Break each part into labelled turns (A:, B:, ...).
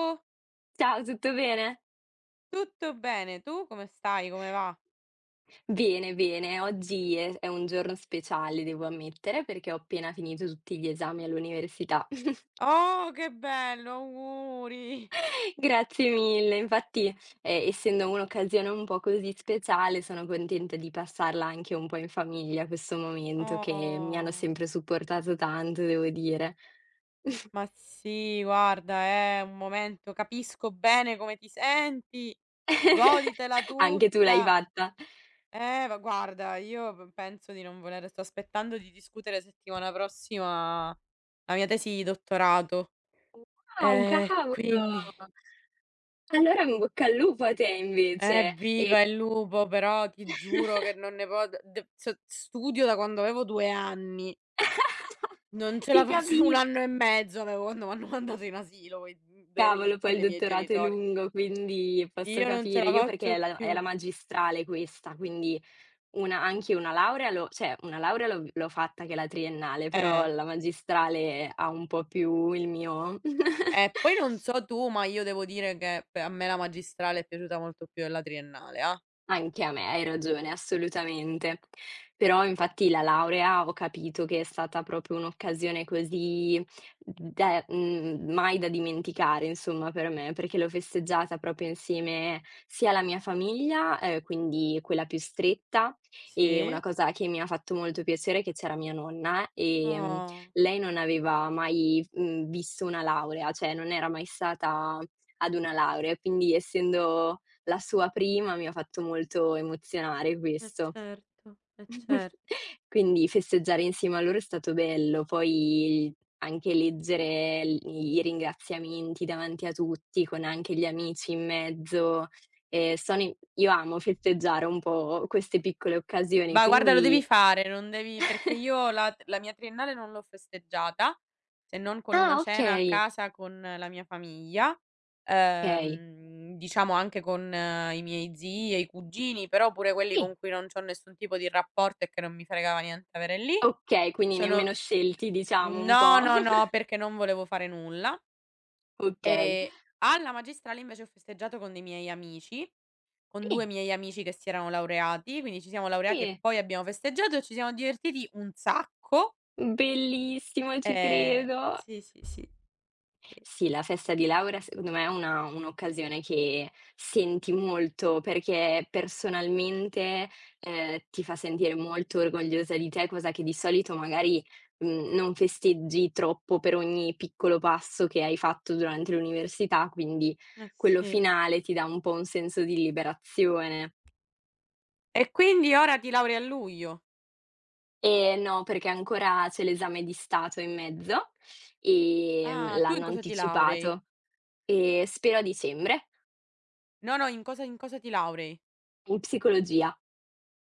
A: Oh,
B: Ciao, tutto bene?
A: tutto bene, tu come stai? Come va?
B: Bene, bene. Oggi è un giorno speciale, devo ammettere, perché ho appena finito tutti gli esami all'università.
A: Oh, che bello, auguri!
B: Grazie mille. Infatti, essendo un'occasione un po' così speciale, sono contenta di passarla anche un po' in famiglia, questo momento che mi hanno
A: Oh,
B: sempre supportato tanto, devo dire.
A: ma sì, guarda, è un momento, capisco bene come ti senti, goditela
B: Anche tu l'hai
A: tutta.
B: fatta?
A: Ma guarda, io penso di non voler, sto aspettando di discutere settimana prossima la mia tesi di dottorato.
B: Wow, cavolo!
A: Quindi.
B: Allora in bocca al lupo a te invece.
A: Evviva il lupo, però ti giuro che non ne po d cioè studio da quando avevo 2 anni, non ce la
B: Ti
A: faccio, 1
B: capisco.
A: anno e mezzo avevo quando m'hanno mandato in asilo coi
B: Cavolo,
A: derelitti
B: poi il
A: dei miei
B: dottorato è
A: genitori.
B: lungo, quindi posso
A: Io non ce
B: capire.
A: la
B: Io perché è
A: faccio
B: la è la
A: più.
B: magistrale questa, quindi una anche una laurea l'ho, cioè una laurea l'ho fatta, che è la triennale, però
A: Eh.
B: la magistrale ha un po' più il mio.
A: E poi non so tu, ma io devo dire che pe a me la magistrale è piaciuta molto più della triennale, ah.
B: Anche a me, hai ragione, assolutamente. Però infatti la laurea ho capito che è stata proprio un'occasione così da mai da dimenticare, insomma, per me, perché l'ho festeggiata proprio insieme sia alla mia famiglia, quindi quella più stretta, e
A: Sì?
B: una cosa che mi ha fatto molto piacere è che c'era mia nonna.
A: Oh,
B: Lei non aveva mai visto una laurea, cioè non era mai stata ad una laurea, quindi essendo la sua prima, mi ha fatto molto emozionare
A: e
B: questo.
A: certo, e cer
B: Quindi festeggiare insieme a loro è stato bello, poi anche leggere l i ringraziamenti davanti a tutti, con anche gli amici in mezzo, sono i io amo festeggiare un po' queste piccole occasioni,
A: ma guarda lo devi
B: quindi.
A: fare, non devi, perché io la mia triennale non l'ho festeggiata, se non con una
B: Ah,
A: cena a
B: okay,
A: casa con la mia famiglia,
B: okay.
A: diciamo anche con i miei zii e i cugini, però pure quelli
B: Sì,
A: con cui non c'ho nessun tipo di rapporto e che non mi fregava niente avere lì.
B: okay, quindi
A: Sono
B: nemmeno scelti, diciamo, un
A: No,
B: po'.
A: no, no, perché non volevo fare nulla.
B: Okay.
A: Ehm, alla magistrale invece ho festeggiato con 2
B: Sì,
A: miei amici che si erano laureati, quindi ci siamo laureati e
B: sì,
A: poi abbiamo festeggiato e ci siamo divertiti un sacco.
B: bellissimo, ci
A: ehm
B: credo.
A: sì, sì, sì, sì.
B: Sì, la festa di laurea secondo me è una un'occasione che senti molto, perché personalmente, ti fa sentire molto orgogliosa di te, cosa che di solito magari non festeggi troppo per ogni piccolo passo che hai fatto durante l'università, quindi
A: Eh
B: quello
A: sì.
B: finale ti dà un po' un senso di liberazione.
A: E quindi ora ti laurei a luglio.
B: No, perché ancora c'è l'esame di Stato in mezzo,
A: "Ah, tu in
B: l'hanno
A: cosa ti laurei?"
B: anticipato e spero a dicembre,
A: "No, no, in cosa ti laurei?"
B: in psicologia.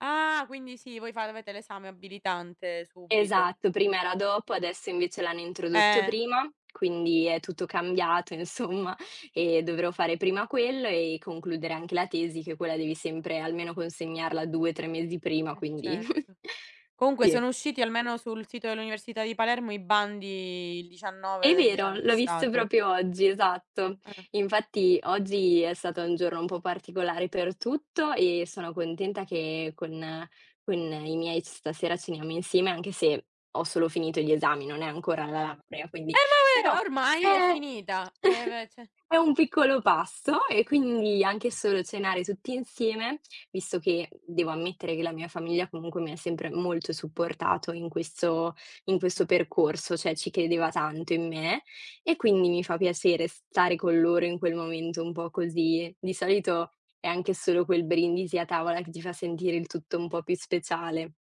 A: "Ah, quindi sì, voi fa avete l'esame abilitante subito."
B: Esatto, prima era dopo, adesso invece l'hanno introdotto
A: Eh,
B: prima, quindi è tutto cambiato insomma, e dovrò fare prima quello e concludere anche la tesi, che quella devi sempre almeno consegnarla 2, 3 mesi prima,
A: eh
B: quindi
A: certo. Comunque
B: sì.
A: sono usciti almeno sul sito dell'Università di Palermo i bandi il 19
B: È
A: degli
B: vero,
A: esami di
B: l'ho visto
A: Stato.
B: proprio oggi, esatto.
A: Eh.
B: Infatti oggi è stato un giorno un po' particolare per tutto, e sono contenta che con i miei stasera ceniamo insieme, anche se ho solo finito gli esami, non è ancora la laurea, quindi però
A: Ma ormai è
B: eh,
A: finita, che cioè
B: è un piccolo passo, e
A: orm
B: quindi anche solo cenare tutti insieme, visto che devo ammettere che la mia famiglia comunque mi ha sempre molto supportato in questo
A: eh,
B: percorso, cioè ci credeva tanto in me, e quindi mi fa piacere stare con loro in quel momento un po' così. Di solito è anche solo quel brindisi a tavola che ti fa sentire il tutto un po' più speciale.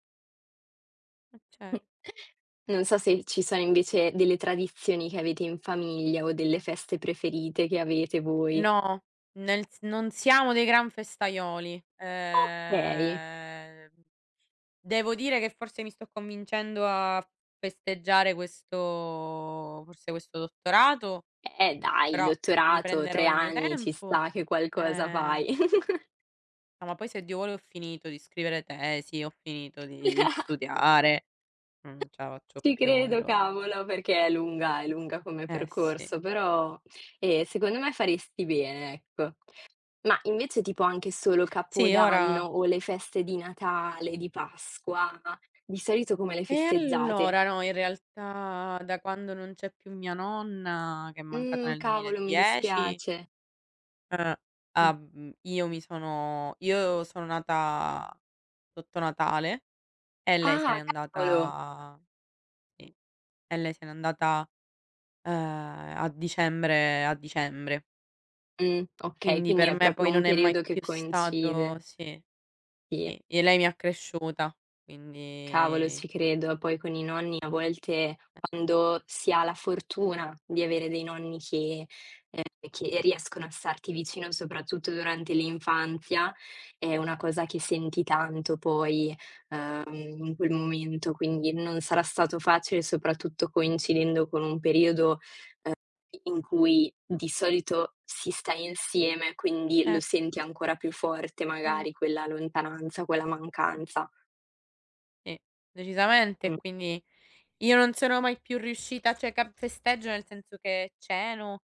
A: e cer
B: Non so se ci sono invece delle tradizioni che avete in famiglia o delle feste preferite che avete voi.
A: no, nel s non siamo dei gran festaioli.
B: Okay,
A: Devo dire che forse mi sto convincendo a festeggiare questo dottorato,
B: dai, il
A: però mi
B: dottorato, 3
A: prenderò il mio
B: anni, ci
A: tempo.
B: sta che qualcosa
A: Ehm,
B: fai.
A: no, ma poi se Dio vuole ho finito di scrivere tesi, ho finito di studiare, non ce la faccio
B: Ci
A: più,
B: credo,
A: ero
B: cavolo, perché è lunga come
A: eh sì.
B: percorso, però, secondo me faresti bene, ecco. Ma invece tipo anche solo
A: Sì,
B: Capodanno
A: ora
B: o le feste di Natale, di Pasqua, di solito come le
A: e
B: festeggiate?
A: allora no, in realtà da quando non c'è più mia nonna, che è mancata nel
B: Cavolo, mi
A: 2010,
B: dispiace.
A: uhm,
B: Mh.
A: io sono nata sotto Natale e lei se n'è
B: Ah, cavolo!
A: andata, sì, e lei se n'è andata, uhm, a dicembre a dicembre.
B: Okay,
A: Quindi
B: quindi
A: per
B: è
A: me poi
B: proprio un
A: non è mai
B: periodo che
A: più stato,
B: coincide.
A: sì,
B: Sì.
A: sì, e lei mi ha cresciuta,
B: Cavolo,
A: quindi
B: ci credo. Poi con i nonni, a volte
A: eh,
B: quando si ha la fortuna di avere dei nonni ehm, che riescono a starti vicino soprattutto durante l'infanzia, è una cosa che senti tanto poi, uhm, in quel momento, quindi non sarà stato facile, soprattutto coincidendo con un periodo in cui di solito si sta insieme, quindi lo
A: cer
B: senti ancora più forte
A: cer
B: magari, quella lontananza, quella mancanza.
A: sì, decisamente.
B: Mh,
A: Quindi io non sono mai più riuscita, cioè cap festeggio nel senso che ceno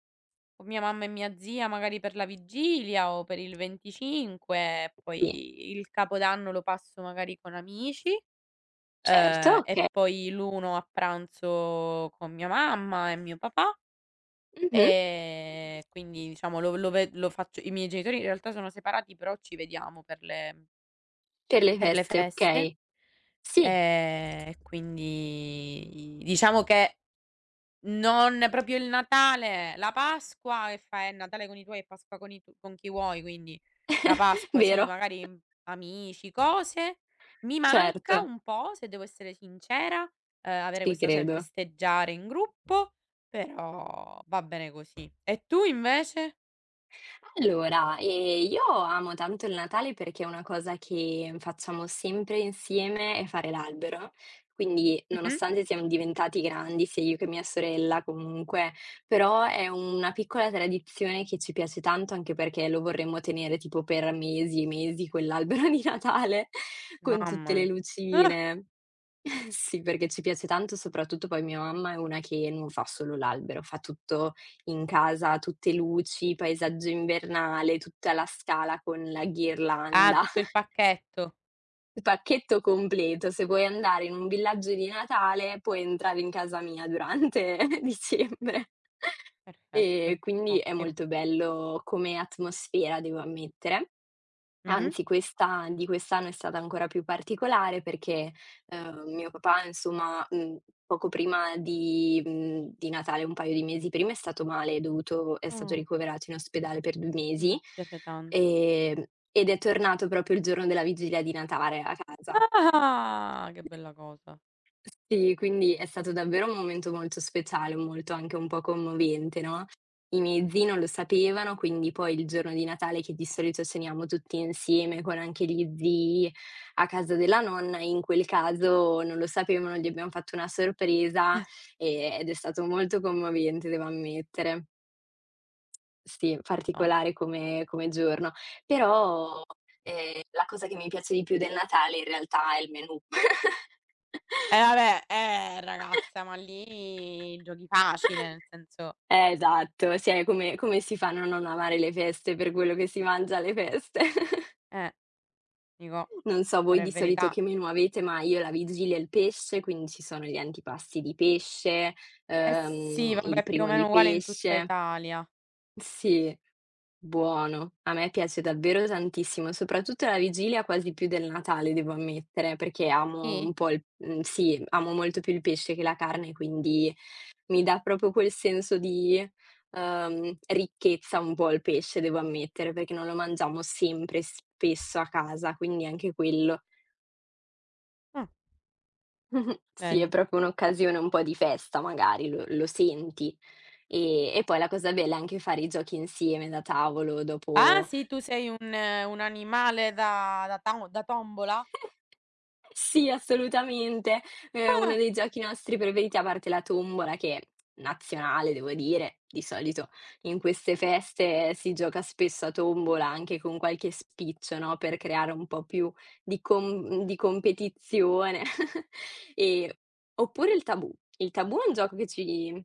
A: con mia mamma e mia zia magari per la vigilia o per il 25,
B: sì.
A: poi il capodanno lo passo magari con amici,
B: Certo,
A: e
B: okay.
A: poi l'1 a pranzo con mia mamma e mio papà.
B: Mh-mh.
A: Quindi diciamo lo faccio, i miei genitori in realtà sono separati, però ci vediamo per le
B: Per le feste,
A: feste.
B: okay. Sì,
A: Quindi diciamo che non proprio il Natale, la Pasqua, e fai il Natale con i tuoi e Pasqua con i tu con chi vuoi, quindi la Pasqua sì,
B: vero,
A: magari, amici, cose. Mi manca
B: certo,
A: un po', se devo essere sincera, avere
B: ci
A: questa cosa del
B: credo.
A: festeggiare in gruppo, però va bene così. E tu invece?
B: Allora, io amo tanto il Natale perché una cosa che facciamo sempre insieme è fare l'albero. Quindi,
A: Mh-mh.
B: nonostante siamo diventati grandi, sia io che mia sorella comunque, però è una piccola tradizione che ci piace tanto, anche perché lo vorremmo tenere tipo per mesi e mesi, quell'albero di Natale, con
A: Mamma
B: tutte
A: mi
B: le
A: Ah!
B: lucine. Sì, perché ci piace tanto, soprattutto poi mia mamma è una che non fa solo l'albero, fa tutto in casa: tutte luci, paesaggio invernale, tutta la scala con la
A: Ah,
B: ghirlanda,
A: tutto il pacchetto.
B: il pacchetto completo. Se vuoi andare in un villaggio di Natale, puoi entrare in casa mia durante dicembre. E
A: Perfetto,
B: quindi è
A: ottimo.
B: molto bello come atmosfera, devo ammettere.
A: Mh-mh.
B: Anzi, questa di quest'anno è stata ancora più particolare perché, mio papà insomma, poco prima di Natale, un paio di mesi prima, è stato male, è stato
A: Ah.
B: ricoverato in ospedale per 2
A: Mi
B: mesi,
A: dispiace tanto.
B: ehm, ed è tornato proprio il giorno della vigilia di Natale a casa.
A: Ah! Che bella cosa,
B: Sì, quindi è stato davvero un momento molto speciale, molto anche un po' commovente, no, i miei zii non lo sapevano, quindi poi il giorno di Natale, che di solito ceniamo tutti insieme con anche gli zii a casa della nonna, in quel caso non lo sapevano, gli abbiamo fatto una sorpresa, ed è stato molto commovente, devo ammettere. Sì,
A: insomma.
B: particolare come giorno. Però, la cosa che mi piace di più del Natale in realtà è il menù.
A: Eh vabbè, ragazza, ma lì giochi facile, nel senso
B: Esatto, sì, è come si fa a non amare le feste per quello che si mangia alle feste.
A: eh, dico,
B: Non so
A: per
B: voi
A: è
B: di solito
A: verità.
B: che menù avete, ma io la vigilia il pesce, quindi ci sono gli antipasti di pesce,
A: Eh sì,
B: il
A: vabbè, più o
B: primo
A: meno
B: di
A: uguale in tutta
B: pesce.
A: Italia.
B: Sì. Buono, a me piace
A: Mh-mh.
B: davvero tantissimo, soprattutto la vigilia quasi più del Natale, devo ammettere, perché amo
A: Sì?
B: un po' sì, amo molto più il pesce che la carne, quindi mi dà proprio quel senso di ricchezza un po' il pesce, devo ammettere, perché non lo mangiamo sempre, spesso a casa, quindi anche quello
A: Ah,
B: sì, è
A: vedi.
B: proprio un'occasione un po' di festa magari, lo senti. E poi la cosa bella è anche fare i giochi insieme da tavolo
A: Ah
B: dopo.
A: sì, tu sei un animale da da tao da tombola?
B: Sì, assolutamente. È uno
A: Ah!
B: dei giochi nostri preferiti, a parte la tombola, che è nazionale, devo dire. Di solito in queste feste si gioca spesso a tombola anche con qualche spiccio, no, per creare un po' più di competizione. Ehm, oppure il tabù. Il tabù è un gioco che ci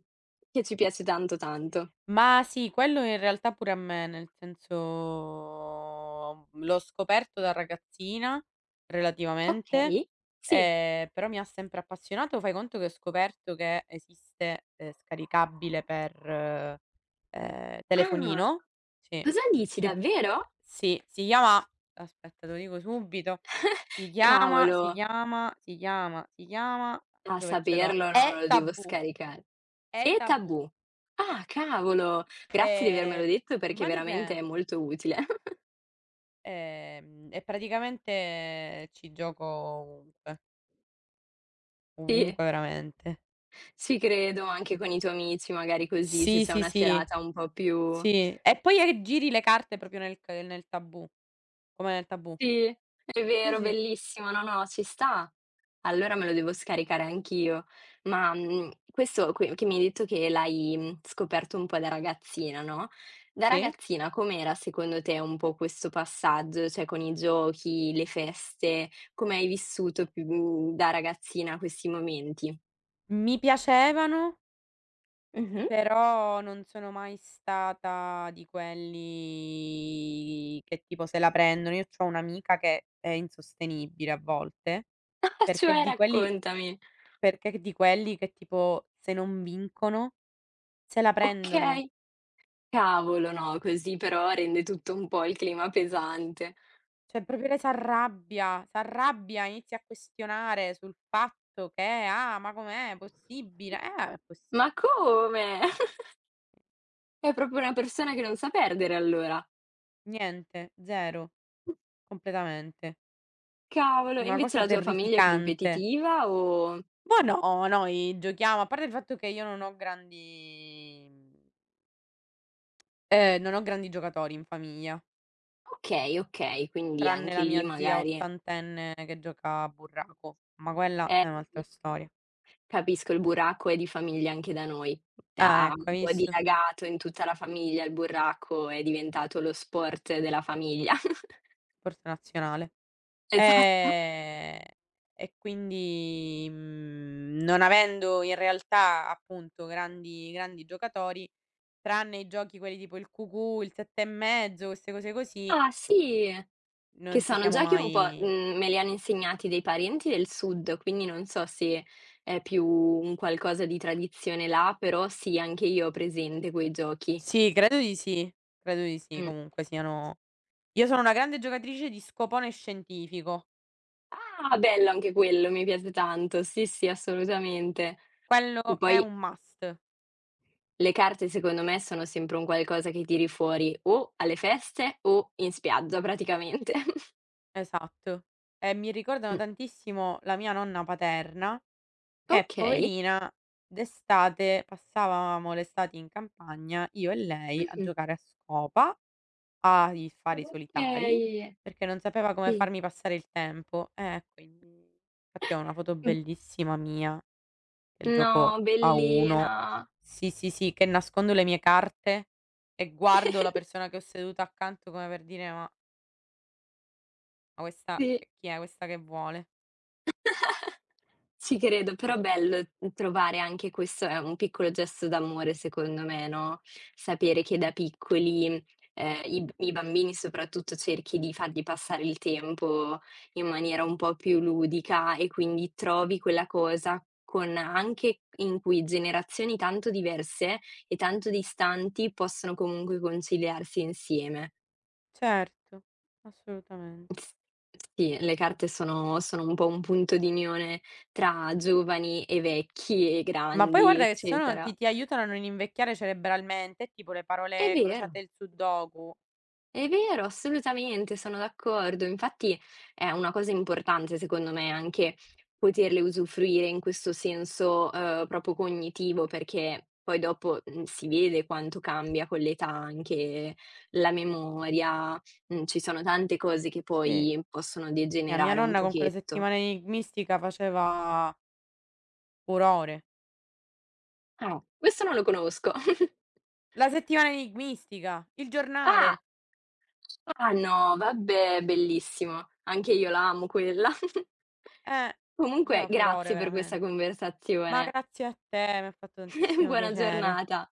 B: che ci piace tanto, tanto.
A: Ma sì, quello in realtà pure a me, nel senso l'ho scoperto da ragazzina relativamente,
B: Okay, sì.
A: però mi ha sempre appassionato. Fai conto che ho scoperto che esiste, scaricabile per,
B: Ah,
A: telefonino, sì,
B: cosa dici,
A: ci
B: davvero?
A: sì, si chiama aspetta te lo dico subito, si chiama si
B: Cavolo,
A: chiama si chiama si chiama
B: a
A: dove ce l'ho?
B: saperlo non
A: E
B: lo devo
A: Tabù,
B: scaricare.
A: E
B: E
A: Tabù.
B: tabù. Ah, cavolo! Grazie di avermelo
A: Ehm,
B: detto, perché
A: ma di
B: veramente
A: che?
B: è molto utile.
A: E praticamente ci gioco ovunque,
B: Sì,
A: ovunque veramente.
B: ci credo, anche con i tuoi amici, magari così, se
A: Sì,
B: c'è
A: sì,
B: una
A: sì,
B: serata un po' più.
A: sì. E poi giri le carte proprio nel tabù, come nel tabù.
B: Sì, è
A: Sì,
B: vero,
A: sì,
B: bellissimo. No, no, ci sta. Allora me lo devo scaricare anch'io. Ma, questo qui che mi hai detto che l'hai, scoperto un po' da ragazzina, no, da
A: sì.
B: ragazzina com'era secondo te un po' questo passaggio, cioè con i giochi, le feste, come hai vissuto più da ragazzina questi momenti?
A: Mi piacevano,
B: Mh-mh.
A: però non sono mai stata di quelli che tipo se la prendono. Io c'ho un'amica che è insostenibile a volte,
B: Ah,
A: perché
B: cioè
A: di quelli
B: raccontami.
A: perché di quelli che tipo se non vincono se la prendono.
B: Okay. Cavolo, no, così però rende tutto un po' il clima pesante.
A: Cioè proprio lei s'arrabbia, s'arrabbia, inizia a questionare sul fatto che: "Ah, ma com'è possibile?" È
B: Ma
A: possibile.
B: come? È proprio una persona che non sa perdere, allora.
A: Niente, 0, completamente.
B: Cavolo, e
A: Una
B: invece
A: cosa
B: la tua famiglia è
A: terrificante.
B: competitiva o
A: Ma no, noi giochiamo, a parte il fatto che io non ho grandi non ho grandi giocatori in famiglia,
B: okay, okay, quindi
A: tranne
B: anche
A: la
B: lì
A: mia zia
B: magari,
A: ottantenne che gioca a burraco, ma quella
B: eh
A: è un'altra
B: sì,
A: storia.
B: capisco, il burraco è di famiglia anche da noi.
A: Ah,
B: Ha
A: ecco,
B: un
A: hai
B: po'
A: visto?
B: dilagato in tutta la famiglia, il burraco è diventato lo sport della famiglia.
A: Sport nazionale.
B: Esatto.
A: Ehm, e quindi, non avendo in realtà appunto grandi grandi giocatori, tranne i giochi quelli tipo il Cucù, il 7 e mezzo, queste cose così,
B: Ah sì? Che
A: non ci
B: sono
A: siamo
B: già che un po',
A: mai,
B: me li hanno insegnati dei parenti del sud, quindi non so se è più un qualcosa di tradizione là, però sì, anche io ho presente quei giochi.
A: sì, credo di sì, credo di sì,
B: Mh.
A: comunque siano. Io sono una grande giocatrice di scopone scientifico,
B: Ah, bello anche quello, mi piace tanto. Sì, sì, assolutamente. E
A: quello è
B: poi
A: un must,
B: le carte secondo me sono sempre un qualcosa che tiri fuori o alle feste o in spiaggia praticamente.
A: esatto. E mi ricordano
B: Mh.
A: tantissimo la mia nonna paterna. Che
B: Okay.
A: poverina, d'estate passavamo l'estate in campagna io e lei a
B: Mh-mh.
A: giocare a scopa, a i fare i solitari,
B: Okay.
A: perché non sapeva come
B: Sì.
A: farmi passare il tempo. Quindi infatti ho una foto
B: Mh.
A: bellissima mia che gioco
B: No,
A: a uno.
B: bellina.
A: Sì, sì, sì, che nascondo le mie carte e guardo la persona che ho seduta accanto come per dire: "Ma questa
B: Sì.
A: che chi è? Questa che vuole?"
B: Ci credo,
A: Sì,
B: però
A: sì.
B: bello trovare anche questo è un piccolo gesto d'amore secondo me, no, sapere che da piccoli, i bambini soprattutto, cerchi di fargli passare il tempo in maniera un po' più ludica, e quindi trovi quella cosa con anche in cui generazioni tanto diverse e tanto distanti possono comunque conciliarsi insieme.
A: Certo, assolutamente.
B: S sì, le carte sono un po' un punto d'unione tra giovani e vecchi e
A: Ma poi
B: grandi,
A: guarda che sono ti
B: eccetera.
A: ti aiutano a non invecchiare cerebralmente, tipo le
B: È
A: parole crociate
B: vero,
A: e il sudoku.
B: è vero, assolutamente, sono d'accordo. Infatti è una cosa importante secondo me anche poterle usufruire in questo senso, proprio cognitivo, perché poi dopo, si vede quanto cambia con l'età anche la memoria, ci sono tante cose che
A: Sì,
B: poi possono
A: mia
B: degenerare un
A: nonna con quella
B: pochetto.
A: settimana enigmistica faceva furore.
B: Ah, questo non lo conosco.
A: La settimana enigmistica, il
B: Ah!
A: giornale,
B: Ah no, vabbè, bellissimo. Anche io la amo quella.
A: eh,
B: Comunque
A: faceva furore
B: grazie per questa
A: veramente. Ma
B: conversazione.
A: grazie a te, mi ha fatto tantissimo
B: Buona
A: piacere.
B: giornata.